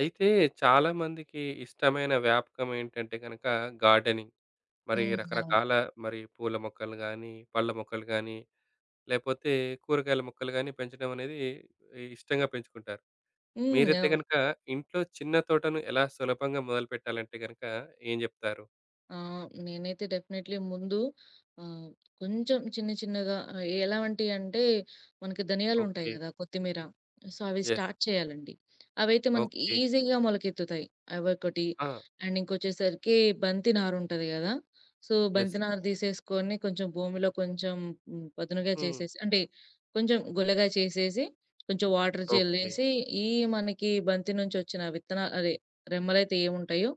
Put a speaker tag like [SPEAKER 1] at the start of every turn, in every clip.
[SPEAKER 1] అయితే చాలామందికి ఇష్టమైన వ్యాపకం ఏంటంటే గనక గార్డెనింగ్. మరి
[SPEAKER 2] హ్మ్. అవును.
[SPEAKER 1] రకరకాల మరి పూల మొక్కలు గానీ, పళ్ళ మొక్కలు గానీ, లేపోతే కూరగాయల మొక్కలు గానీ పెంచడం అనేది ఇష్టంగా పెంచుకుంటారు.
[SPEAKER 2] హ్మ్.
[SPEAKER 1] మీరైతే
[SPEAKER 2] అవును.
[SPEAKER 1] గనక ఇంట్లో చిన్న తోటను ఎలా సులభంగా మొదలుపెట్టాలంటే గనక ఏం జెప్తారు?
[SPEAKER 2] ఆ! నేనైతే డెఫినైట్‌లీ ముందు ఆహ్, కొంచెం చిన్న చిన్నగా ఎలాంటియంటే మనకి ధనియాలుంటాయి
[SPEAKER 1] ఓకే.
[SPEAKER 2] గదా! కొత్తిమీర. సో, అవి
[SPEAKER 1] యెస్.
[SPEAKER 2] స్టార్ట్ చేయాలండి. అవైతే మనకి
[SPEAKER 1] ఓకే.
[SPEAKER 2] ఈజీగా మొలకెత్తుతాయి. అవొకటి.
[SPEAKER 1] ఆ!
[SPEAKER 2] అండ్ ఇంకొచ్చేసరికి బంతి నారుంటది గదా! So,
[SPEAKER 1] yes.
[SPEAKER 2] బంతి నారు తీసేసుకొని కొంచెం భూమిలో కొంచెం పదునుగా
[SPEAKER 1] హ్మ్.
[SPEAKER 2] చేసేసి అంటే కొంచెం గుల్లగా చేసేసి, కొంచెం వాటర్
[SPEAKER 1] ఓకే.
[SPEAKER 2] చల్లేసి, ఈ మనకి బంతి నుంచొచ్చిన విత్తనా అదే రెమ్మలైతే ఏముంటాయో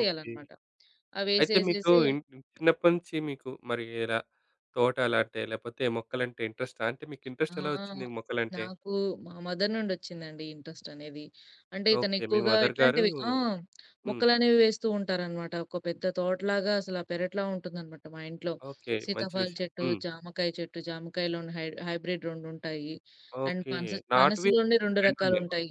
[SPEAKER 1] ఓకే. అయితే మీకు
[SPEAKER 2] అవేసేసేసి
[SPEAKER 1] చిన్నప్పటి నుంచి మీకు మరి ఇలా తోట అలాంటే లేకపోతే మొక్కలంటే ఇంట్రెస్టా? అంటే మీకు ఇంట్రెస్ట్ ఎలా వచ్చింది
[SPEAKER 2] ఆ!
[SPEAKER 1] మొక్కలంటే?
[SPEAKER 2] నాకు మా మదర్ నుండొచ్చిందండి ఈ ఇంట్రెస్ట్ అనేది. అంటే ఇతను
[SPEAKER 1] ఓకే. మీ
[SPEAKER 2] ఎక్కువగా
[SPEAKER 1] మదర్ గారు
[SPEAKER 2] ఇట్లాంటివి ఆ!
[SPEAKER 1] హ్మ్.
[SPEAKER 2] మొక్కలనేవి వేస్తూ ఉంటారనమాట. ఒక పెద్ద తోటలాగా అసల పెరట్లా ఉంటుందనమాట మా ఇంట్లో.
[SPEAKER 1] ఓకే. మంచి
[SPEAKER 2] సీతాఫలం
[SPEAKER 1] విషయం.
[SPEAKER 2] చెట్టు,
[SPEAKER 1] హ్మ్.
[SPEAKER 2] జామకాయ చెట్టు, జామకాయలోని హైబ్రిడ్ రెండుంటాయి. And
[SPEAKER 1] okay.
[SPEAKER 2] పనస
[SPEAKER 1] నాటువి
[SPEAKER 2] పనసలోని 2
[SPEAKER 1] రెండున్నాయన్నమాట.
[SPEAKER 2] రకాలుంటాయి.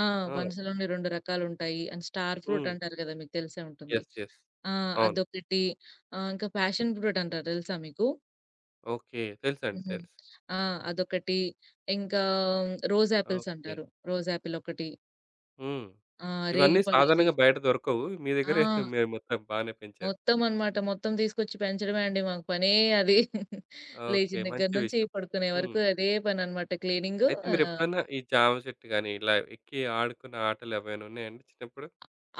[SPEAKER 2] ఆ!
[SPEAKER 1] ఆ!
[SPEAKER 2] పనసలోని 2 రకాలుంటాయి. అండ్ స్టార్ ఫ్రూట్
[SPEAKER 1] హ్మ్.
[SPEAKER 2] అంటారు కదా! మీకు తెలిసే ఉంటుంది.
[SPEAKER 1] యెస్. యెస్.
[SPEAKER 2] ఆ!
[SPEAKER 1] అవును.
[SPEAKER 2] అదొకటి. ఇంకా ప్యాషన్ ఫ్రూట్ అంటారు తెలుసా మీకు?
[SPEAKER 1] ఓకే. తెలుసండి.
[SPEAKER 2] హుహు.
[SPEAKER 1] తెలుసు.
[SPEAKER 2] ఆ! అదొకటి. ఇంకా రోజ్ యాపిల్స్
[SPEAKER 1] ఓకే.
[SPEAKER 2] అంటారు. రోజ్ యాపిల్ ఒకటి.
[SPEAKER 1] హ్మ్. ఇవన్నీ
[SPEAKER 2] రేగిపళ్ళది.
[SPEAKER 1] సాధారణంగా బయట దొరకవు. మీ
[SPEAKER 2] ఆ!
[SPEAKER 1] దగ్గరే మీరు మొత్తం బానే పెంచారు.
[SPEAKER 2] మొత్తం అన్నమాట. మొత్తం తీసుకొచ్చి పెంచడమే అండి మాకు పనే అది.
[SPEAKER 1] ఓకే.
[SPEAKER 2] లేచిన దగ్గర
[SPEAKER 1] మంచి
[SPEAKER 2] నుంచి
[SPEAKER 1] విషయం.
[SPEAKER 2] పడుకునే
[SPEAKER 1] హ్మ్.
[SPEAKER 2] వరకు అదే పనన్నమాట క్లీనింగు.
[SPEAKER 1] అయితే మీరెప్పుడన్నా ఈ జామ చెట్టు గాని, ఇలా ఎక్కి ఆడుకున్న ఆటలు ఏవైనా ఉన్నాయండి చిన్నప్పుడు?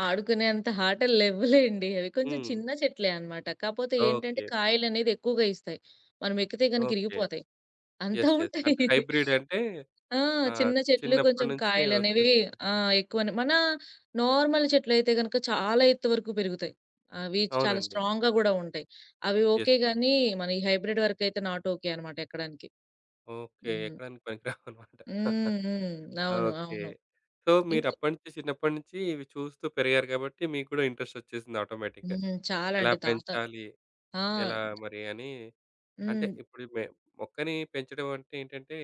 [SPEAKER 2] ఆడుకునేంత ఆటలు లెవ్వులేండి. అవి కొంచెం
[SPEAKER 1] హ్మ్.
[SPEAKER 2] చిన్న చెట్లే అన్నమాట. కాపోతే ఏంటంటే
[SPEAKER 1] ఓకే. ఓకే.
[SPEAKER 2] కాయలనేది ఎక్కువగా ఇస్తాయి. మనం ఎక్కితే గనుక
[SPEAKER 1] ఓకే.
[SPEAKER 2] ఇరిగిపోతాయి. అంతా
[SPEAKER 1] యెస్. యెస్.
[SPEAKER 2] ఉంటాయి.
[SPEAKER 1] అంటే హైబ్రిడ్ అంటే
[SPEAKER 2] ఆ!
[SPEAKER 1] ఆహ్,
[SPEAKER 2] చిన్న చెట్లు
[SPEAKER 1] చిన్నప్పటి
[SPEAKER 2] కొంచెం
[SPEAKER 1] నుంచి
[SPEAKER 2] కాయలనేవి
[SPEAKER 1] వచ్చేసింది.
[SPEAKER 2] ఎక్కువనే మన నార్మల్ చెట్లయితే గనక చాలా ఎత్తు వరకు పెరుగుతాయి. అవి చాలా
[SPEAKER 1] అవునండి.
[SPEAKER 2] స్ట్రాంగ్‌గా గూడా ఉంటాయి. అవి ఓకే
[SPEAKER 1] యెస్.
[SPEAKER 2] గానీ, మన ఈ హైబ్రిడ్ వరకయితే నాట్ ఓకే అనమాట ఎక్కడానికి.
[SPEAKER 1] ఓకే.
[SPEAKER 2] హ్మ్.
[SPEAKER 1] ఎక్కడానికి పనికిరావన్నమాట.
[SPEAKER 2] హ్మ్. హ్మ్. అవును.
[SPEAKER 1] ఓకే.
[SPEAKER 2] అవును.
[SPEAKER 1] సో,
[SPEAKER 2] ఇంకొ
[SPEAKER 1] మీరప్పటి నుంచి చిన్నప్పటి నుంచి ఇవి చూస్తూ పెరిగారు కాబట్టి, మీకు కూడా ఇంట్రెస్ట్ వచ్చేసింది ఆటోమేటిక్‌గా.
[SPEAKER 2] హ్మ్. చాలా
[SPEAKER 1] ఎలా
[SPEAKER 2] అండి. తాత
[SPEAKER 1] పెంచాలి?
[SPEAKER 2] ఆ!
[SPEAKER 1] ఎలా మరి అని అంటే
[SPEAKER 2] హ్మ్.
[SPEAKER 1] ఇప్పుడు మొక్కని పెంచడం అంటే ఏంటంటే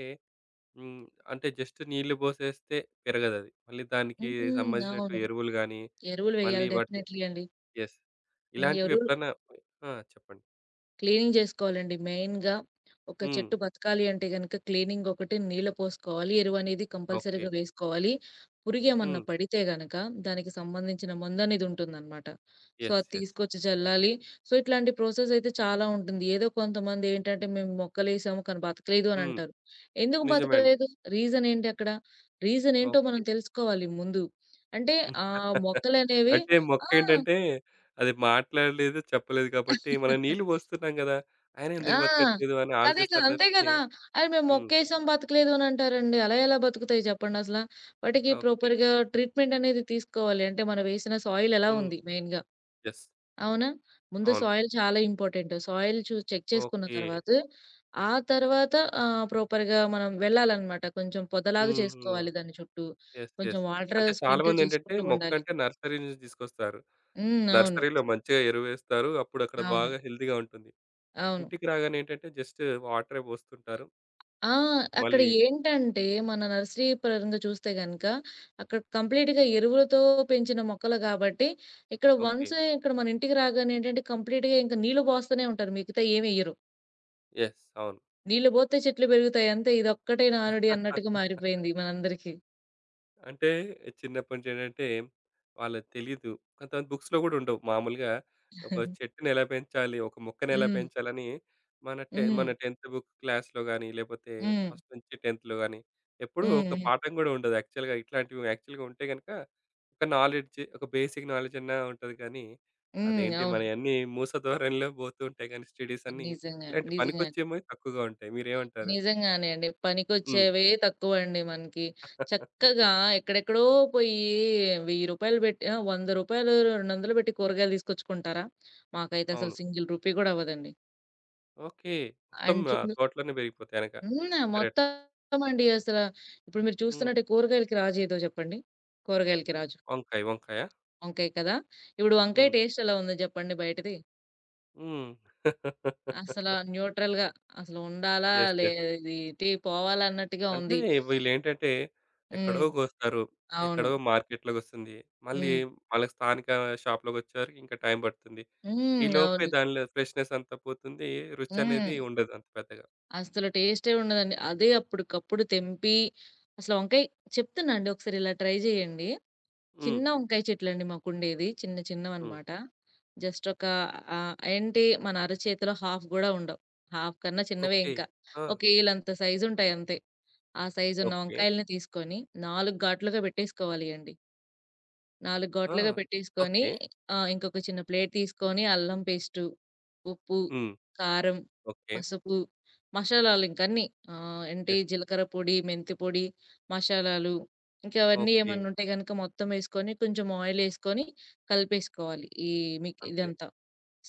[SPEAKER 1] హ్మ్. అంటే జస్ట్ నీళ్లు పోసేస్తే పెరగదది. మళ్ళీ దానికి
[SPEAKER 2] హ్మ్.
[SPEAKER 1] సంబంధించినట్టు
[SPEAKER 2] అవును.
[SPEAKER 1] ఎరువులు గాని,
[SPEAKER 2] ఎరువులు
[SPEAKER 1] మళ్ళీ
[SPEAKER 2] వేయాలి
[SPEAKER 1] వాటికి
[SPEAKER 2] డెఫినైట్‌లీ అండి.
[SPEAKER 1] యెస్.
[SPEAKER 2] ఎరువులు
[SPEAKER 1] ఇలాంటివెప్పుడన్నా ఆ! చెప్పండి.
[SPEAKER 2] క్లీనింగ్ జేసుకోవాలండి మెయిన్‌గా. ఒక
[SPEAKER 1] హ్మ్.
[SPEAKER 2] చెట్టు బతకాలి అంటే గనక క్లీనింగ్ ఒకటి, నీళ్లు పోసుకోవాలి, ఎరువనేది
[SPEAKER 1] ఓకే.
[SPEAKER 2] కంపల్సరీగా వేసుకోవాలి. పురుగేమన్నా
[SPEAKER 1] హ్మ్.
[SPEAKER 2] పడితే గనక దానికి సంబంధించిన మందనేది ఉంటుందనమాట. So,
[SPEAKER 1] yes.
[SPEAKER 2] అది
[SPEAKER 1] యెస్.
[SPEAKER 2] తీసుకొచ్చి చల్లాలి. సో, ఇట్లాంటి ప్రాసెస్ అయితే చాలా ఉంటుంది. ఏదో కొంతమందేంటంటే మేము మొక్కలేసాము కానీ బతకలేదు
[SPEAKER 1] హ్మ్.
[SPEAKER 2] అనంటారు. ఎందుకు
[SPEAKER 1] నిజమే అండి.
[SPEAKER 2] బతకలేదు? రీజన్ ఏంటి అక్కడ? రీజన్ ఏంటో
[SPEAKER 1] ఓకే.
[SPEAKER 2] మనం తెలుసుకోవాలి ముందు. అంటే మొక్కలనేవి
[SPEAKER 1] అంటే
[SPEAKER 2] ఆ!
[SPEAKER 1] మొక్కేంటంటే అది మాట్లాడలేదు, చెప్పలేదు కాబట్టి మనం నీళ్లు పోస్తున్నాం గదా! అయినా ఎందుకు
[SPEAKER 2] ఆ!
[SPEAKER 1] బతకట్లేదు అని
[SPEAKER 2] అదే కదా!
[SPEAKER 1] ఆలోచిస్తారు
[SPEAKER 2] అంతే
[SPEAKER 1] తప్పితే
[SPEAKER 2] కదా! అరె! మేము
[SPEAKER 1] హ్మ్.
[SPEAKER 2] మొక్కేసాం బతకలేదు అని అంటారండి. అలా ఎలా బతుకుతాయి చెప్పండసల? వాటికి
[SPEAKER 1] ఓకే.
[SPEAKER 2] ప్రాపర్‌గా ట్రీట్‌మెంట్ అనేది తీసుకోవాలి. అంటే మనం వేసిన సాయిల్ ఎలా
[SPEAKER 1] హ్మ్.
[SPEAKER 2] ఉంది మెయిన్‌గా.
[SPEAKER 1] యెస్.
[SPEAKER 2] అవునా? ముందు
[SPEAKER 1] అవును.
[SPEAKER 2] సాయిల్ చాలా ఇంపార్టెంట్. సాయిల్ చెక్ చేసుకున్న
[SPEAKER 1] ఓకే.
[SPEAKER 2] తర్వాత, ఆ తర్వాత ప్రాపర్‌గా మనం వెళ్ళాలన్నమాట. కొంచెం పొదలాగా
[SPEAKER 1] హుహు.
[SPEAKER 2] చేసుకోవాలి దాని చుట్టూ.
[SPEAKER 1] యెస్.
[SPEAKER 2] కొంచెం
[SPEAKER 1] యెస్.
[SPEAKER 2] వాటర్
[SPEAKER 1] అంటే
[SPEAKER 2] స్ప్రింకిల్
[SPEAKER 1] చాలామందేంటంటే
[SPEAKER 2] చేసుకుంటూ ఉండాలి.
[SPEAKER 1] మొక్కంటే నర్సరీ నుంచి తీసుకొస్తారు.
[SPEAKER 2] హ్మ్. అవును.
[SPEAKER 1] నర్సరీలో మంచిగా ఎరువేస్తారు. అప్పుడు అక్కడ
[SPEAKER 2] అవును.
[SPEAKER 1] బాగా హెల్తీగా ఉంటుంది.
[SPEAKER 2] అవును.
[SPEAKER 1] ఇంటికి రాగానే ఏంటంటే జస్ట్ వాటరే పోస్తుంటారు.
[SPEAKER 2] ఆ! అక్కడ
[SPEAKER 1] మళ్ళీ
[SPEAKER 2] ఏంటంటే, మన నర్సరీ పరంగా చూస్తే గనక, అక్కడ కంప్లీట్‌గా ఎరువులతో పెంచిన మొక్కలు గాబట్టి,
[SPEAKER 1] ఓకే.
[SPEAKER 2] ఇక్కడ మన ఇంటికి రాగానే ఏంటంటే, కంప్లీట్‌గా ఇంక నీళ్లు బోస్తూనే ఉంటారు. మిగతా ఏమెయ్యరు.
[SPEAKER 1] యెస్. అవును.
[SPEAKER 2] నీళ్లు బోత్తే చెట్లు బెరుగుతాయి అంతే. ఇదొక్కటే నానుడి అన్నట్టుగా మారిపోయింది మనందరికీ.
[SPEAKER 1] అంటే చిన్నప్పటి నుంచి ఏంటంటే వాళ్ళకి తెలీదు. కొంతమంది బుక్స్‌లో గూడా ఉండవు. మామూలుగా ఒక చెట్టుని ఎలా పెంచాలి? ఒక మొక్కని ఎలా
[SPEAKER 2] హ్మ్.
[SPEAKER 1] పెంచాలని మన టె
[SPEAKER 2] హ్మ్.
[SPEAKER 1] మన 10థ్ బుక్ క్లాస్‌లో గాని, లేపోతే
[SPEAKER 2] హ్మ్.
[SPEAKER 1] ఫస్ట్ నుంచి 10థ్‌లో గాని ఎప్పుడూ
[SPEAKER 2] హ్మ్.
[SPEAKER 1] ఒక
[SPEAKER 2] హ్మ్.
[SPEAKER 1] పాఠం గూడా ఉండదు. యాక్చువల్‌గా ఇట్లాంటివి యాక్చువల్‌గా ఉంటే గనక ఒక నాలెడ్జ్, ఒక బేసిక్ నాలెడ్జ్ అన్నా ఉంటది కానీ,
[SPEAKER 2] హ్మ్.
[SPEAKER 1] అదేంటి
[SPEAKER 2] అవును.
[SPEAKER 1] మనయన్నీ మూస ధోరణిలో పోతూ ఉంటాయి గానీ స్టడీస్ అన్నీ.
[SPEAKER 2] నిజంగానే.
[SPEAKER 1] ఇలాంటి
[SPEAKER 2] నిజంగానే.
[SPEAKER 1] పనికొచ్చేమో తక్కువగా ఉంటాయి. మీరేమంటారు?
[SPEAKER 2] నిజంగానే అండి.
[SPEAKER 1] హ్మ్.
[SPEAKER 2] పనికొచ్చేవే తక్కువండి మనకి. చక్కగా ఎక్కడెక్కడో పోయి రూ. 1000 పెట్టి రూ. 100, రూ. 200 పెట్టి కూరగాయలు తీసుకొచ్చుకుంటారా? మాకైతే అసలు
[SPEAKER 1] అవును.
[SPEAKER 2] సింగిల్ రూపీ గూడా అవ్వదండి.
[SPEAKER 1] ఓకే. మొత్తం
[SPEAKER 2] అండ్ చు
[SPEAKER 1] ఆహ్,
[SPEAKER 2] హ్మ్.
[SPEAKER 1] తోటలోనే పెరిగిపోతాయి అనక పెరట్లో.
[SPEAKER 2] మొత్తమండి అసల. ఇప్పుడు మీరు
[SPEAKER 1] హ్మ్.
[SPEAKER 2] చూస్తున్నట్టే కూరగాయలకి రాజు ఏదో చెప్పండి? కూరగాయలకి రాజు.
[SPEAKER 1] వంకాయ, వంకాయా?
[SPEAKER 2] వంకాయ కదా! ఇప్పుడు వంకాయ
[SPEAKER 1] హ్మ్.
[SPEAKER 2] టేస్ట్ ఎలా ఉందో చెప్పండి బయటది?
[SPEAKER 1] హ్మ్.
[SPEAKER 2] అసల న్యూట్రల్‌గా అసలు ఉండాలా?
[SPEAKER 1] యెస్. యెస్.
[SPEAKER 2] ఇది ఇటే పోవాలా అన్నట్టుగా
[SPEAKER 1] అంటే
[SPEAKER 2] ఉంది.
[SPEAKER 1] వీళ్ళేంటంటే ఎక్కడో
[SPEAKER 2] హ్మ్.
[SPEAKER 1] గోస్తారు.
[SPEAKER 2] అవును.
[SPEAKER 1] ఎక్కడో మార్కెట్‌లోకొస్తుంది. మళ్ళీ
[SPEAKER 2] హ్మ్.
[SPEAKER 1] వాళ్ళకి స్థానిక షాప్‌లోకొచ్చేవరకు ఇంకా టైం పడుతుంది. ఈ
[SPEAKER 2] హ్మ్.
[SPEAKER 1] లోపే
[SPEAKER 2] అవును.
[SPEAKER 1] దానిలో ఫ్రెష్‌నెస్ అంతా పోతుంది. రుచి అనేది
[SPEAKER 2] హ్మ్.
[SPEAKER 1] ఉండదు అంత పెద్దగా.
[SPEAKER 2] అసలు టేస్టే ఉండదండి. అదే అప్పటికప్పుడు తెంపి అసలు వంకాయ చెప్తున్నా అండి ఒకసారి ఇలా ట్రై జేయండి.
[SPEAKER 1] హ్మ్.
[SPEAKER 2] చిన్న వంకాయ చెట్లండి మాకుండేది. చిన్న
[SPEAKER 1] హ్మ్.
[SPEAKER 2] చిన్నవన్నమాట. జస్ట్ ఒక ఏంటి మన అరచేతిలో హాఫ్ గూడా ఉండవు. హాఫ్ కన్నా చిన్నవే
[SPEAKER 1] ఓకే.
[SPEAKER 2] ఇంకా.
[SPEAKER 1] ఆ!
[SPEAKER 2] ఒక ఈలంత సైజుంటాయి అంతే. ఆ సైజున్న
[SPEAKER 1] ఓకే.
[SPEAKER 2] వంకాయల్ని తీసుకొని 4 ఘాట్లుగా పెట్టేసుకోవాలి అండి. 4
[SPEAKER 1] ఆ!
[SPEAKER 2] గోట్లుగా పెట్టేసుకొని
[SPEAKER 1] ఓకే.
[SPEAKER 2] ఇంకొక చిన్న ప్లేట్ తీసుకొని అల్లం పేస్టు, ఉప్పు,
[SPEAKER 1] హ్మ్.
[SPEAKER 2] కారం,
[SPEAKER 1] ఓకే.
[SPEAKER 2] పసుపు, మసాలాలు ఇంకన్నీ ఏంటి
[SPEAKER 1] యెస్.
[SPEAKER 2] జీలకర్ర పొడి, మెంతి పొడి, మసాలాలు ఇంకా అవన్నీ
[SPEAKER 1] ఓకే.
[SPEAKER 2] ఏమన్నా ఉంటే గనుక మొత్తం వేసుకొని కొంచెం ఆయిలేసుకొని కలిపేసుకోవాలి. ఈ మిక్
[SPEAKER 1] అంతే.
[SPEAKER 2] ఇదంతా.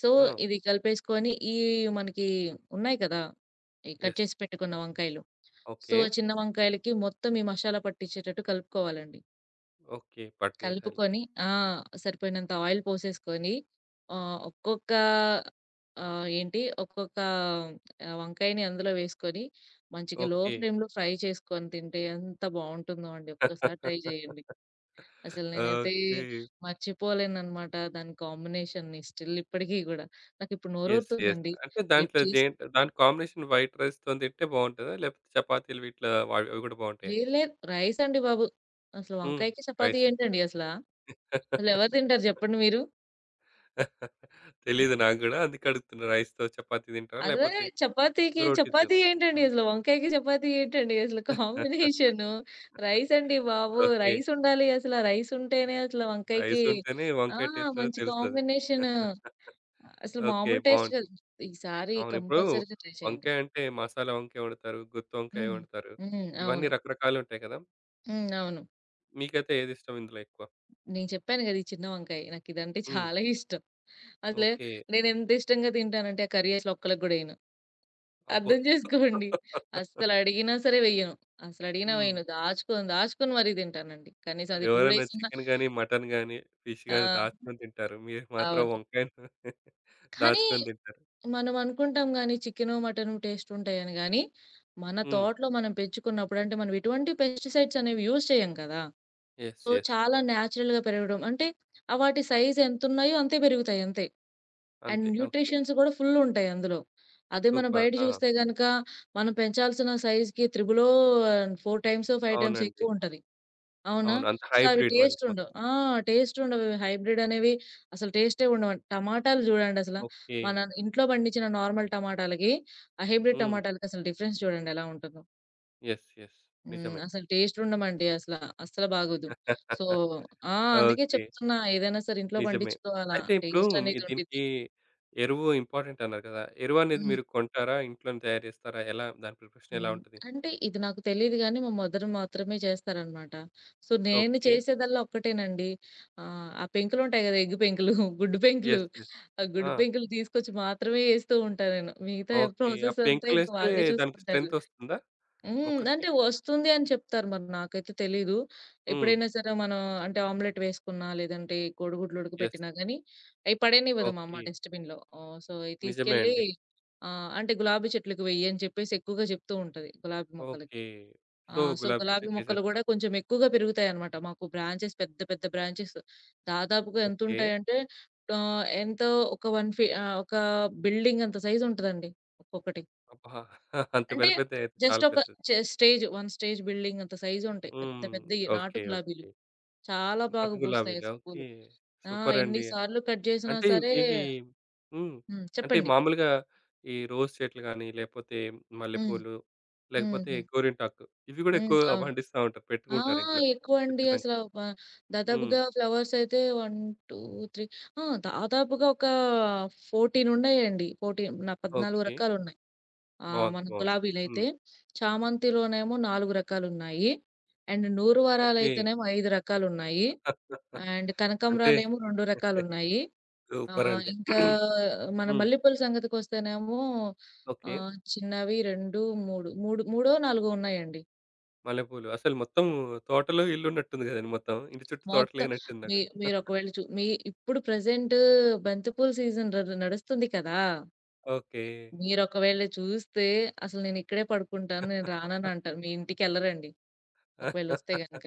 [SPEAKER 2] సో,
[SPEAKER 1] ఆ!
[SPEAKER 2] ఇది కలిపేసుకొని ఈ మనకి ఉన్నాయి కదా! ఈ కట్
[SPEAKER 1] యెస్.
[SPEAKER 2] చేసి పెట్టుకున్న వంకాయలు. So,
[SPEAKER 1] okay.
[SPEAKER 2] చిన్న వంకాయలకి మొత్తం ఈ మసాలా పట్టించేటట్టు కలుపుకోవాలండి.
[SPEAKER 1] ఓకే. పట్టేసాలి.
[SPEAKER 2] కలుపుకొని ఆ! సరిపోయినంత ఆయిల్ పోసేసుకొని ఆహ్, ఒక్కొక్క ఆహ్, ఏంటి ఒక్కొక్క వంకాయని అందులో వేసుకొని మంచిగా లో
[SPEAKER 1] ఓకే.
[SPEAKER 2] ఫ్లేమ్‌లో ఫ్రై చేసుకొని తింటే ఎంత బావుంటుందో అండి. ఒక్కసారి ట్రై చేయండి. అసలు నేనైతే
[SPEAKER 1] ఓకే.
[SPEAKER 2] మర్చిపోలేననమాట దాని కాంబినేషన్‌ని స్టిల్ ఇప్పటికి గూడా. నాకిప్పుడు
[SPEAKER 1] యెస్. యెస్.
[SPEAKER 2] నోరూరుతుందండి.
[SPEAKER 1] అంటే
[SPEAKER 2] రేపు
[SPEAKER 1] దాంట్లో
[SPEAKER 2] చేసి
[SPEAKER 1] దాని కాంబినేషన్ వైట్ రైస్‌తోని తింటే బావుంటదా? లేకపోతే చపాతీలు వీటిలో అవి అవి గూడా బావుంటాయా?
[SPEAKER 2] లేదు లేదు రైస్ అండి బాబు. అసలు
[SPEAKER 1] హ్మ్.
[SPEAKER 2] వంకాయకి, చపాతీ
[SPEAKER 1] రైసే.
[SPEAKER 2] ఏంటండి అసలా? అసలెవరు తింటారు చెప్పండి మీరు?
[SPEAKER 1] తెలీదు నాకు గూడా. అందుకే అడుగుతున్నా. రైస్‌తో చపాతీ తింటారా?
[SPEAKER 2] అలానే
[SPEAKER 1] లేకపోతే
[SPEAKER 2] చపాతీకి
[SPEAKER 1] రోటీ
[SPEAKER 2] చపాతీ ఏంటండి
[SPEAKER 1] హ్మ్.
[SPEAKER 2] అసలు? వంకాయకి చపాతీ ఏంటండి అసలు కాంబినేషను? రైస్ అండి బాబు.
[SPEAKER 1] ఓకే.
[SPEAKER 2] రైస్ ఉండాలి అసల. రైస్ ఉంటేనే అసల
[SPEAKER 1] రైస్
[SPEAKER 2] వంకాయకి
[SPEAKER 1] ఉంటేనే
[SPEAKER 2] ఆ!
[SPEAKER 1] వంకాయ టేస్ట్ అనేది
[SPEAKER 2] మంచి
[SPEAKER 1] తెలుస్తది.
[SPEAKER 2] కాంబినేషను. అసలు
[SPEAKER 1] ఓకే.
[SPEAKER 2] మామూలు టేస్ట్
[SPEAKER 1] బావుంటుంది.
[SPEAKER 2] కాదు. ఈసారి
[SPEAKER 1] అవును. ఇప్పుడు
[SPEAKER 2] కంపల్సరీగా ట్రై చేయండి.
[SPEAKER 1] వంకాయ అంటే మసాలా వంకాయ వండుతారు. గుత్తి వంకాయ
[SPEAKER 2] హ్మ్.
[SPEAKER 1] వండుతారు.
[SPEAKER 2] హ్మ్.
[SPEAKER 1] ఇవన్నీ
[SPEAKER 2] అవును.
[SPEAKER 1] రకరకాలుంటాయి కదా!
[SPEAKER 2] హ్మ్. అవును.
[SPEAKER 1] మీకైతే ఏదిష్టం ఇందులో ఎక్కువ?
[SPEAKER 2] నేను చెప్పాను గదా! ఈ చిన్న వంకాయ. నాకిదంటే
[SPEAKER 1] హ్మ్.
[SPEAKER 2] చాలా ఇష్టం. అసలు
[SPEAKER 1] ఓకే.
[SPEAKER 2] నేనెంత ఇష్టంగా తింటానంటే, ఆ కర్రీ అసలు ఒక్కళ్ళకి గూడా ఎయను.
[SPEAKER 1] అబ్బో!
[SPEAKER 2] అర్థం చేసుకోండి. అస్సలడిగినా సరే వెయ్యను. అసలడిగినా
[SPEAKER 1] హ్మ్.
[SPEAKER 2] వెయ్యను. దాచుకొని, మరీ తింటానండి. కనీసం అది 2
[SPEAKER 1] ఎవరైనా
[SPEAKER 2] డేస్ ఉన్న
[SPEAKER 1] చికెన్ గాని, మటన్ గాని, ఫిష్
[SPEAKER 2] ఆ!
[SPEAKER 1] గాని దాచుకొని తింటారు. మీరు మాత్రం
[SPEAKER 2] అవును.
[SPEAKER 1] వంకాయను
[SPEAKER 2] కానీ
[SPEAKER 1] దాచుకొని తింటారు.
[SPEAKER 2] మనం అనుకుంటాం గానీ చికెను, మటను టేస్ట్ ఉంటాయని గానీ, మన
[SPEAKER 1] హ్మ్.
[SPEAKER 2] తోటలో మనం పెంచుకున్నప్పుడు అంటే మనం ఎటువంటి పెస్టిసైడ్స్ అనేవి యూజ్ చేయం కదా!
[SPEAKER 1] యెస్.
[SPEAKER 2] So,
[SPEAKER 1] yes.
[SPEAKER 2] చాలా న్యాచురల్‌గా పెరగడం అంటే, ఆ వాటి సైజ్ ఎంతున్నాయో అంతే పెరుగుతాయి అంతే. అండ్
[SPEAKER 1] అంతే. ఓకే.
[SPEAKER 2] న్యూట్రిషన్స్ గూడా ఫుల్లుంటాయి అందులో. అదే మనం
[SPEAKER 1] సూపర్.
[SPEAKER 2] బయట
[SPEAKER 1] ఆ!
[SPEAKER 2] చూస్తే గనక, మనం పెంచాల్సిన సైజ్‌కి త్రిబులో 4 టైమ్సో, 5 టైమ్సో
[SPEAKER 1] అవునండి.
[SPEAKER 2] ఎక్కువుంటది. అవునా?
[SPEAKER 1] అవును. అంత
[SPEAKER 2] సో, అవి
[SPEAKER 1] హైబ్రిడ్ మళ్ళీ మొత్తం.
[SPEAKER 2] టేస్టుండవు. ఆ! టేస్టుండవు. హైబ్రిడ్ అనేవి అసలు టేస్టే ఉండవండి. టమాటాలు జూడండసల.
[SPEAKER 1] ఓకే.
[SPEAKER 2] మన ఇంట్లో పండించిన నార్మల్ టమాటాలకి, ఆ హైబ్రిడ్
[SPEAKER 1] హ్మ్.
[SPEAKER 2] టమాటాలకి అసలు డిఫరెన్స్ చూడండి ఎలా ఉంటుందో.
[SPEAKER 1] యెస్. యెస్.
[SPEAKER 2] హ్మ్.
[SPEAKER 1] నిజమే.
[SPEAKER 2] అసలు టేస్టుండమండి అసల. అస్సలు బాగోదు. సో ఆ! అందుకే
[SPEAKER 1] ఓకే.
[SPEAKER 2] చెప్తున్నా ఏదైనా సరే ఇంట్లో
[SPEAKER 1] నిజమే.
[SPEAKER 2] పండించుకోవాలా.
[SPEAKER 1] అయితే ఇప్పుడు మీ
[SPEAKER 2] టేస్టనేదుండిద్ది.
[SPEAKER 1] దీనికి ఎరువు ఇంపార్టెంట్ అన్నారు కదా! ఎరువనేది
[SPEAKER 2] హ్మ్.
[SPEAKER 1] మీరు కొంటారా? ఇంట్లోనే తయారు చేస్తారా? ఎలా దాని ప్రిపరేషన్ ఎలా
[SPEAKER 2] హ్మ్.
[SPEAKER 1] ఉంటది?
[SPEAKER 2] అంటే ఇది నాకు తెలీదు గానీ, మా మదర్ మాత్రమే చేస్తారనమాట. సో, నేను
[SPEAKER 1] ఓకే.
[SPEAKER 2] చేసేదల్లా ఒక్కటేనండి. ఆ పెంకులుంటాయి గదా! ఎగ్ పెంకులు, గుడ్డు పెంకులు.
[SPEAKER 1] యెస్. యెస్.
[SPEAKER 2] ఆ
[SPEAKER 1] ఆ!
[SPEAKER 2] గుడ్డు పెంకులు తీసుకొచ్చి మాత్రమే ఏస్తూ ఉంటా నేను. మిగతా
[SPEAKER 1] ఓకే. ఆ
[SPEAKER 2] ప్రాసెస్ అంతా ఇంక
[SPEAKER 1] పెంకులేస్తే
[SPEAKER 2] వాళ్ళే
[SPEAKER 1] దానికి
[SPEAKER 2] చూసుకుంటారు.
[SPEAKER 1] స్ట్రెంత్ వస్తుందా
[SPEAKER 2] హ్మ్.
[SPEAKER 1] మొక్కకి?
[SPEAKER 2] అంటే వస్తుంది అని చెప్తారు. మరి నాకైతే తెలీదు.
[SPEAKER 1] హ్మ్.
[SPEAKER 2] ఎప్పుడైనా సరే మనం అంటే ఆమ్లెట్ వేసుకున్నా, లేదంటే కోడిగుడ్లు
[SPEAKER 1] యెస్.
[SPEAKER 2] ఉడకబెట్టినా గానీ, అయి పడేయనివ్వదు మా అమ్మ
[SPEAKER 1] ఓకే.
[SPEAKER 2] డస్ట్‌బిన్‌లో. సో, అయి
[SPEAKER 1] నిజమే
[SPEAKER 2] తీసుకెళ్ళి
[SPEAKER 1] అండి.
[SPEAKER 2] అంటే గులాబీ చెట్లకు వెయ్యి అని చెప్పేసి ఎక్కువగా చెప్తూ ఉంటది గులాబీ మొక్కలకి.
[SPEAKER 1] ఓకే.
[SPEAKER 2] ఆ!
[SPEAKER 1] సో,
[SPEAKER 2] సో,
[SPEAKER 1] గులాబీ
[SPEAKER 2] గులాబీ మొక్కలు గూడా
[SPEAKER 1] చెట్లకేసేస్తారు.
[SPEAKER 2] కొంచెం ఎక్కువగా పెరుగుతాయన్నమాట. మాకు పెద్ద పెద్ద బ్రాంచెస్ దాదాపుగా
[SPEAKER 1] ఓకే.
[SPEAKER 2] ఎంతుంటాయంటే ఆహ్, ఎంతో ఒక ఒక బిల్డింగ్ అంత సైజ్ ఉంటదండి ఒక్కొక్కటి.
[SPEAKER 1] అబ్బా! అంత
[SPEAKER 2] అంటే
[SPEAKER 1] పెద్ద పెద్దయి అయితే చాలా
[SPEAKER 2] జస్ట్ ఒక
[SPEAKER 1] పెద్దది.
[SPEAKER 2] స్టేజ్, 1 స్టేజ్ బిల్డింగ్ అంత సైజుంటాయి. పెద్ద
[SPEAKER 1] హ్మ్.
[SPEAKER 2] పెద్దయి నాటు
[SPEAKER 1] ఓకే.
[SPEAKER 2] గులాబీలు.
[SPEAKER 1] ఓకే.
[SPEAKER 2] చాలా
[SPEAKER 1] నాటు
[SPEAKER 2] బాగా
[SPEAKER 1] గులాబీలా?
[SPEAKER 2] పూస్తాయసలు
[SPEAKER 1] ఓకే.
[SPEAKER 2] పూలు. ఆ! ఎన్ని
[SPEAKER 1] సూపరండి.
[SPEAKER 2] సార్లు కట్ జేసినా
[SPEAKER 1] అంటే
[SPEAKER 2] సరే
[SPEAKER 1] ఇవి హ్మ్.
[SPEAKER 2] హ్మ్.
[SPEAKER 1] అంటే
[SPEAKER 2] చెప్పండి.
[SPEAKER 1] మామూలుగా ఈ రోజ్ చెట్లు గాని, లేపోతే
[SPEAKER 2] హ్మ్.
[SPEAKER 1] మల్లెపూలు,
[SPEAKER 2] హ్మ్.
[SPEAKER 1] లేకపోతే
[SPEAKER 2] హ్మ్.
[SPEAKER 1] గోరింటాకు ఇవి గూడా
[SPEAKER 2] హ్మ్.
[SPEAKER 1] ఎక్కువగా
[SPEAKER 2] అవును.
[SPEAKER 1] పండిస్తా ఉంటారు.
[SPEAKER 2] ఆ!
[SPEAKER 1] పెట్టుకుంటారు ఇంట్లో
[SPEAKER 2] ఎక్కువండి
[SPEAKER 1] ఖచ్చితంగా.
[SPEAKER 2] అసల వ
[SPEAKER 1] హ్మ్.
[SPEAKER 2] దాదాపుగా ఫ్లవర్స్ అయితే 1, 2, 3 ఆ! దాదాపుగా ఒక 14 ఉన్నయండి. 14
[SPEAKER 1] ఓకే.
[SPEAKER 2] రకాలున్నాయి.
[SPEAKER 1] బావుంది.
[SPEAKER 2] మన
[SPEAKER 1] బావుంది.
[SPEAKER 2] గులాబీలైతే.
[SPEAKER 1] హ్మ్.
[SPEAKER 2] చామంతిలోనేమో 4 రకాలున్నాయి. అండ్ నూరు
[SPEAKER 1] ఓకే.
[SPEAKER 2] వరాలైతేనేమో 5 రకాలున్నాయి. అండ్
[SPEAKER 1] అంటే
[SPEAKER 2] కనకాంబరాలేమో 2 రకాలున్నాయి.
[SPEAKER 1] సూపరండి.
[SPEAKER 2] ఇంకా
[SPEAKER 1] హ్మ్.
[SPEAKER 2] మన మల్లెపూల సంగతికొస్తేనేమో
[SPEAKER 1] ఓకే.
[SPEAKER 2] చిన్నవి 2, 3 మూడు మూడో, నాలుగో ఉన్నాయండి.
[SPEAKER 1] మల్లెపూలు అసలు మొత్తం తోటలో ఇల్లున్నట్టుంది గదండీ మొత్తం. ఇంటి చుట్టూ తోట
[SPEAKER 2] మొత్తం
[SPEAKER 1] లేనట్టుంది
[SPEAKER 2] మీ
[SPEAKER 1] నాకు.
[SPEAKER 2] మీరొకవేళ చూ మీ ఇప్పుడు ప్రెజెంట్ బంతిపూల సీజన్ నడుస్తుంది కదా!
[SPEAKER 1] ఓకే.
[SPEAKER 2] మీరొకవేళ చూస్తే అసలు నేనిక్కడే పడుకుంటాను, నేను రానని అంటారు. మీ ఇంటికెళ్ళరండి ఒకవేళొస్తే గనక.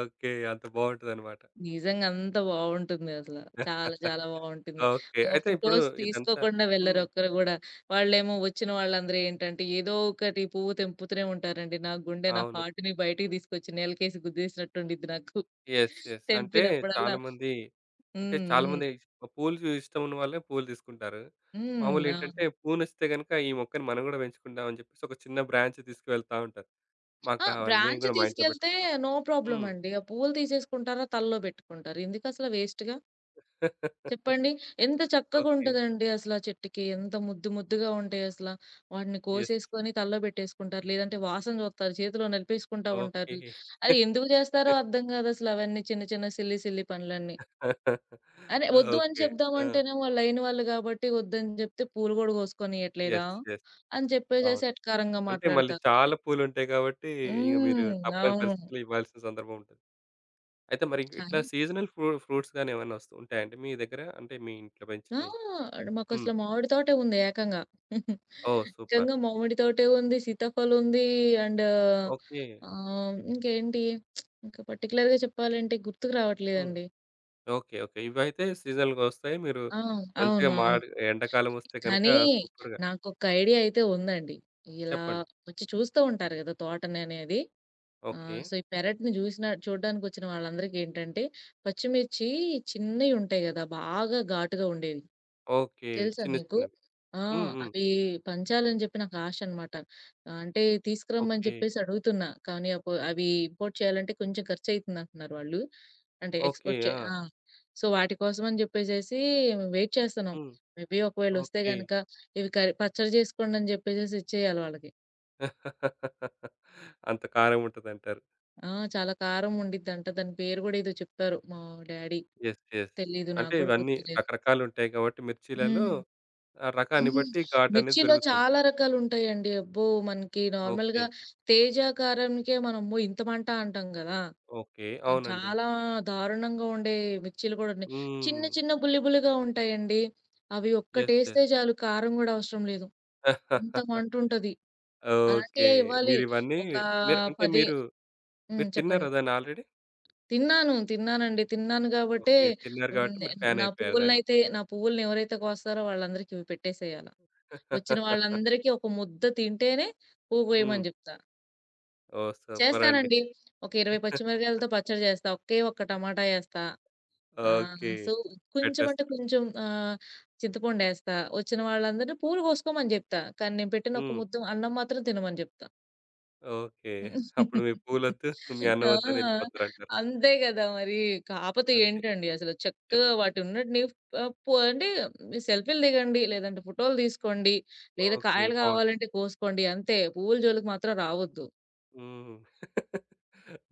[SPEAKER 1] ఓకే. అంత బావుంటదనమాట.
[SPEAKER 2] నిజంగా అంత బావుంటుంది అసల. చాలా చాలా బావుంటుంది.
[SPEAKER 1] ఓకే. అయితే ఇప్పుడు
[SPEAKER 2] ఫోటోస్
[SPEAKER 1] ఇదంతా
[SPEAKER 2] తీసుకోకుండా వెళ్లరు
[SPEAKER 1] హ్మ్.
[SPEAKER 2] ఒక్కరు గూడా. వాళ్ళేమో వచ్చిన వాళ్ళందరూ ఏంటంటే, ఏదో ఒకటి పువ్వు తెంపుతూనే ఉంటారండి. నా గుండె, నా
[SPEAKER 1] అవును.
[SPEAKER 2] హార్ట్‌ని బయటికి తీసుకొచ్చి నేలకేసి గుద్దేసినట్టుండిద్ది నాకు.
[SPEAKER 1] యెస్. యెస్. అంటే
[SPEAKER 2] తెంపినప్పుడల్లా.
[SPEAKER 1] చాలామంది అంటే
[SPEAKER 2] హ్మ్. హ్మ్.
[SPEAKER 1] చాలామంది పూలు ఇష్టం ఉన్న వాళ్ళే పూలు తీసుకుంటారు.
[SPEAKER 2] హ్మ్. అవును.
[SPEAKER 1] మామూలేంటంటే పూలు నచ్చితే గనుక ఈ మొక్కని మనం గూడా పెంచుకుందాం అని చెప్పేసి ఒక చిన్న బ్రాంచ్ తీసుకువెళ్తా ఉంటారు. మాకు
[SPEAKER 2] ఆ!
[SPEAKER 1] కావాలి మేము
[SPEAKER 2] బ్రాంచ్
[SPEAKER 1] గూడా మా ఇంట్లో
[SPEAKER 2] తీసుకెళ్తే
[SPEAKER 1] పెట్టుకుంటాం.
[SPEAKER 2] నో ప్రాబ్లమ్
[SPEAKER 1] హ్మ్.
[SPEAKER 2] అండి. ఆ పువ్వులు తీసేసుకుంటారా, తలలో పెట్టుకుంటారు. ఎందుకసల వేస్ట్‌గా? చెప్పండి. ఎంత
[SPEAKER 1] ఓకే.
[SPEAKER 2] చక్కగుంటదండి అసల ఆ చెట్టుకి. ఎంత ముద్దు ముద్దుగా ఉంటాయి అసల. వాటిని
[SPEAKER 1] యెస్.
[SPEAKER 2] కోసేసుకొని తలలో పెట్టేసుకుంటారు. లేదంటే వాసన చూస్తారు. చేతిలో నలిపేసుకుంటా ఉంటారు.
[SPEAKER 1] ఓకే.
[SPEAKER 2] అది ఎందుకు జేస్తారో అర్థం గాదసల అవన్నీ చిన్న చిన్న సిల్లీ సిల్లీ పనులన్నీ. అరే వద్దు అని
[SPEAKER 1] ఓకే. ఆ!
[SPEAKER 2] చెప్దామంటేనేమో వాళ్ళు లేని వాళ్ళు గాబట్టి వద్దని జెప్తే పూలు గూడా కోసుకొనియట్లేదా?
[SPEAKER 1] యెస్. యెస్.
[SPEAKER 2] అని చెప్పేసేసి
[SPEAKER 1] అవును.
[SPEAKER 2] ఎటకారంగా
[SPEAKER 1] అంటే మళ్ళీ
[SPEAKER 2] మాట్లాడతారు మళ్ళీ.
[SPEAKER 1] చాలా పూలుంటాయి కాబట్టి ఇగ మీరు
[SPEAKER 2] హ్మ్.
[SPEAKER 1] తప్పని
[SPEAKER 2] అవును.
[SPEAKER 1] పరిస్థితిలో ఇవ్వాల్సిన సందర్భం ఉంటది. అయితే మరి ఇంక ఇట్లా
[SPEAKER 2] కానీ
[SPEAKER 1] సీజనల్ ఫ్రూట్స్ గాని ఏమైనా వస్తూ ఉంటాయండి మీ దగ్గర? అంటే మీ ఇంట్లో
[SPEAKER 2] ఆ!
[SPEAKER 1] పెంచినయి? హ్మ్.
[SPEAKER 2] మాకసల మామిడి తోటే ఉంది ఏకంగా.
[SPEAKER 1] ఓహ్! సూపర్.
[SPEAKER 2] ఏకంగా మామిడి తోటే ఉంది, సీతాఫలుంది అండ్
[SPEAKER 1] ఓకే.
[SPEAKER 2] ఇంకేంటి ఇంకా పర్టిక్యులర్‌గా చెప్పాలంటే గుర్తుకు
[SPEAKER 1] హ్మ్.
[SPEAKER 2] రావట్లేదండి.
[SPEAKER 1] ఓకే. ఓకే. ఇవైతే సీజనల్‌గా వస్తాయి. మీరు
[SPEAKER 2] ఆ! అవును.
[SPEAKER 1] మంచిగా
[SPEAKER 2] అవును.
[SPEAKER 1] మాడి ఎండాకాలం వస్తే గనుక
[SPEAKER 2] కానీ
[SPEAKER 1] సూపర్‌గా
[SPEAKER 2] నాకొక ఐడియా అయితే ఉందండి. ఇలా
[SPEAKER 1] చెప్పండి.
[SPEAKER 2] వచ్చి చూస్తూ ఉంటారు గదా! తోటని అనేది.
[SPEAKER 1] ఓకే.
[SPEAKER 2] సో, ఈ పెరట్‌ని చూడడానికొచ్చిన వాళ్ళందరికేంటంటే, పచ్చిమిర్చి చిన్నయి ఉంటాయి గదా! బాగా ఘాటుగా ఉండేవి.
[SPEAKER 1] ఓకే.
[SPEAKER 2] తెలుసా
[SPEAKER 1] చిన్న
[SPEAKER 2] మీకు?
[SPEAKER 1] చిన్నవి.
[SPEAKER 2] ఆ!
[SPEAKER 1] హ్మ్. హ్మ్.
[SPEAKER 2] అవి పంచాలని జెప్పి నాకు ఆశ అనమాట. అంటే తీసుకురమ్మని
[SPEAKER 1] ఓకే.
[SPEAKER 2] జెప్పేసి అడుగుతున్నా. కానీ అవి ఇంపోర్ట్ చేయాలంటే కొంచెం ఖర్చయితుందంటున్నారు వాళ్ళు. అంటే
[SPEAKER 1] ఓకే.
[SPEAKER 2] ఎక్స్‌పోర్ట్ చే
[SPEAKER 1] ఆ!
[SPEAKER 2] ఆ! సో, వాటి కోసం అని జెప్పేసేసి వెయిట్ చేస్తున్నాం.
[SPEAKER 1] హ్మ్.
[SPEAKER 2] మేబీ ఒకవేళ ఒస్తే
[SPEAKER 1] ఓకే.
[SPEAKER 2] గనక ఇవి కర్రీ పచ్చడి జేసుకోండని జెప్పేసేసి ఇచ్చేయాలి వాళ్ళకి.
[SPEAKER 1] అంత కారం ఉంటదంటారు.
[SPEAKER 2] ఆ! చాలా కారం ఉండిద్దంట. దాని పేరు గూడా ఏదో చెప్పారు మా డ్యాడీ.
[SPEAKER 1] యెస్. యెస్.
[SPEAKER 2] తెలీదు
[SPEAKER 1] అంటే
[SPEAKER 2] నాకు గూడా
[SPEAKER 1] ఇవన్నీ
[SPEAKER 2] గుర్తులేదు.
[SPEAKER 1] రకరకాలుంటాయి కాబట్టి మిర్చీలలో
[SPEAKER 2] హ్మ్.
[SPEAKER 1] ఆ రకాన్ని
[SPEAKER 2] హ్మ్.
[SPEAKER 1] బట్టి ఘాటనేది
[SPEAKER 2] మిర్చిలో
[SPEAKER 1] పెరుగుతుంది.
[SPEAKER 2] చాలా రకాలుంటాయండి. అబ్బో! మనకి
[SPEAKER 1] ఓకే.
[SPEAKER 2] నార్మల్‌గా తేజ కారంకే మనం అమ్మో! ఇంత మంట అంటాం గదా!
[SPEAKER 1] ఓకే.
[SPEAKER 2] కానీ
[SPEAKER 1] అవునండి.
[SPEAKER 2] చాలా దారుణంగా ఉండే మిర్చీలు గూడా ఉన్నాయి. చిన్న
[SPEAKER 1] హ్మ్.
[SPEAKER 2] చిన్న బుల్లి బుల్లిగా ఉంటాయండి. అవి
[SPEAKER 1] యెస్. యెస్.
[SPEAKER 2] ఒక్కటేస్తే చాలు కారం గూడా అవసరం లేదు. అంత మంటుంటది.
[SPEAKER 1] ఓకే.
[SPEAKER 2] అలాంటియే ఇవ్వాలి.
[SPEAKER 1] మీరివన్నీ
[SPEAKER 2] ఒక
[SPEAKER 1] మీరు అంటే
[SPEAKER 2] 10
[SPEAKER 1] మీరు,
[SPEAKER 2] హ్మ్.
[SPEAKER 1] మీరు తిన్నారా
[SPEAKER 2] చెప్పండి.
[SPEAKER 1] దాన్ని ఆల్రెడీ?
[SPEAKER 2] తిన్నాను. తిన్నానండి. తిన్నాను గాబట్టే
[SPEAKER 1] ఓకే. తిన్నారు
[SPEAKER 2] హ్మ్.
[SPEAKER 1] కాబట్టి
[SPEAKER 2] నే
[SPEAKER 1] మీరు ఫ్యాన్
[SPEAKER 2] నా
[SPEAKER 1] అయిపోయారు దానికి.
[SPEAKER 2] పువ్వులనైతే నా పువ్వులనెవరైతే కోస్తారో వాళ్ళందరికీ ఇవి పెట్టేసేయాల. వచ్చిన వాళ్ళందరికీ ఒక ముద్ద తింటేనే
[SPEAKER 1] హ్మ్.
[SPEAKER 2] పువ్వుకోయమని జెప్తా.
[SPEAKER 1] ఓహ్! సూపర్ అండి.
[SPEAKER 2] చేస్తానండి. ఒక 20 పచ్చిమిరపకాయలతో పచ్చడి జేస్తా. ఒకే ఒక్క టమాటా ఏస్తా.
[SPEAKER 1] ఓకే.
[SPEAKER 2] సో, కొంచెం అంటే
[SPEAKER 1] పెట్టేస్తారు.
[SPEAKER 2] కొంచెం చింతపండేస్తా. వచ్చిన వాళ్ళందరిని పూలు కోసుకోమని జెప్తా. కానీ నేను పెట్టిన ఒక
[SPEAKER 1] హ్మ్.
[SPEAKER 2] ముద్ద అన్నం మాత్రం తినమని జెప్తా.
[SPEAKER 1] ఓకే. అప్పుడు మీ పూలొద్దు, మీ అన్నం వద్దని
[SPEAKER 2] ఆ!
[SPEAKER 1] ఎళ్ళిపోతారంటారు.
[SPEAKER 2] అంతే గదా! మరి. కాపోతే
[SPEAKER 1] అంతే.
[SPEAKER 2] ఏంటండి అసలు
[SPEAKER 1] యెస్.
[SPEAKER 2] చక్కగా వాటినన్నిటిని ఆహ్, పో అంటే సెల్ఫీలు దిగండి, లేదంటే ఫోటోలు తీసుకోండి, లేదా
[SPEAKER 1] ఓకే.
[SPEAKER 2] కాయలు
[SPEAKER 1] బావుంది.
[SPEAKER 2] కావాలంటే కోసుకోండి అంతే. పువ్వుల జోలికి మాత్రం రావద్దు.
[SPEAKER 1] హ్మ్.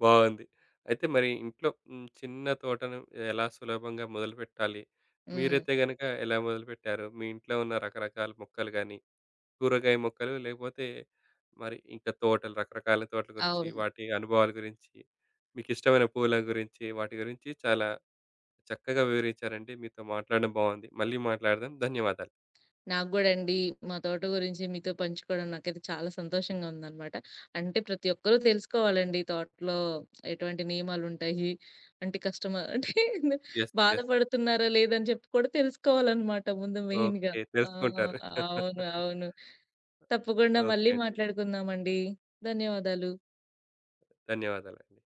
[SPEAKER 1] బావుంది. అయితే మరి ఇంట్లో హ్మ్. చిన్న తోటను ఎలా సులభంగా మొదలుపెట్టాలి?
[SPEAKER 2] హ్మ్.
[SPEAKER 1] మీరైతే గనక ఎలా మొదలుపెట్టారు? మీ ఇంట్లో ఉన్న రకరకాల మొక్కలు గాని, కూరగాయ మొక్కలు లేకపోతే మరి ఇంకా తోటలు రకరకాల తోటల గురించి,
[SPEAKER 2] అవును.
[SPEAKER 1] వాటి అనుభవాల గురించి, మీకిష్టమైన పూల గురించి, వాటి గురించి చాలా చక్కగా వివరించారండి. మీతో మాట్లాడడం బావుంది. మళ్ళీ మాట్లాడదాం. ధన్యవాదాలు.
[SPEAKER 2] నాకు గూడా అండి. మా తోట గురించి మీతో పంచుకోవడం నాకైతే చాలా సంతోషంగా ఉందనమాట. అంటే ప్రతి ఒక్కరూ తెలుసుకోవాలండి తోటలో ఎటువంటి నియమాలుంటాయి. అంటే కస్టమర్ అంటే
[SPEAKER 1] యెస్. యెస్.
[SPEAKER 2] బాధపడుతున్నారా లేదని చెప్పి కూడా తెలుసుకోవాలనమాట ముందు మెయిన్‌గా.
[SPEAKER 1] ఓకే.
[SPEAKER 2] ఆ!
[SPEAKER 1] తెలుసుకుంటారు.
[SPEAKER 2] అవును. అవును. తప్పకుండా
[SPEAKER 1] ఓకే
[SPEAKER 2] మళ్ళీ
[SPEAKER 1] అండి.
[SPEAKER 2] మాట్లాడుకుందామండి. ధన్యవాదాలు.
[SPEAKER 1] ధన్యవాదాలండి.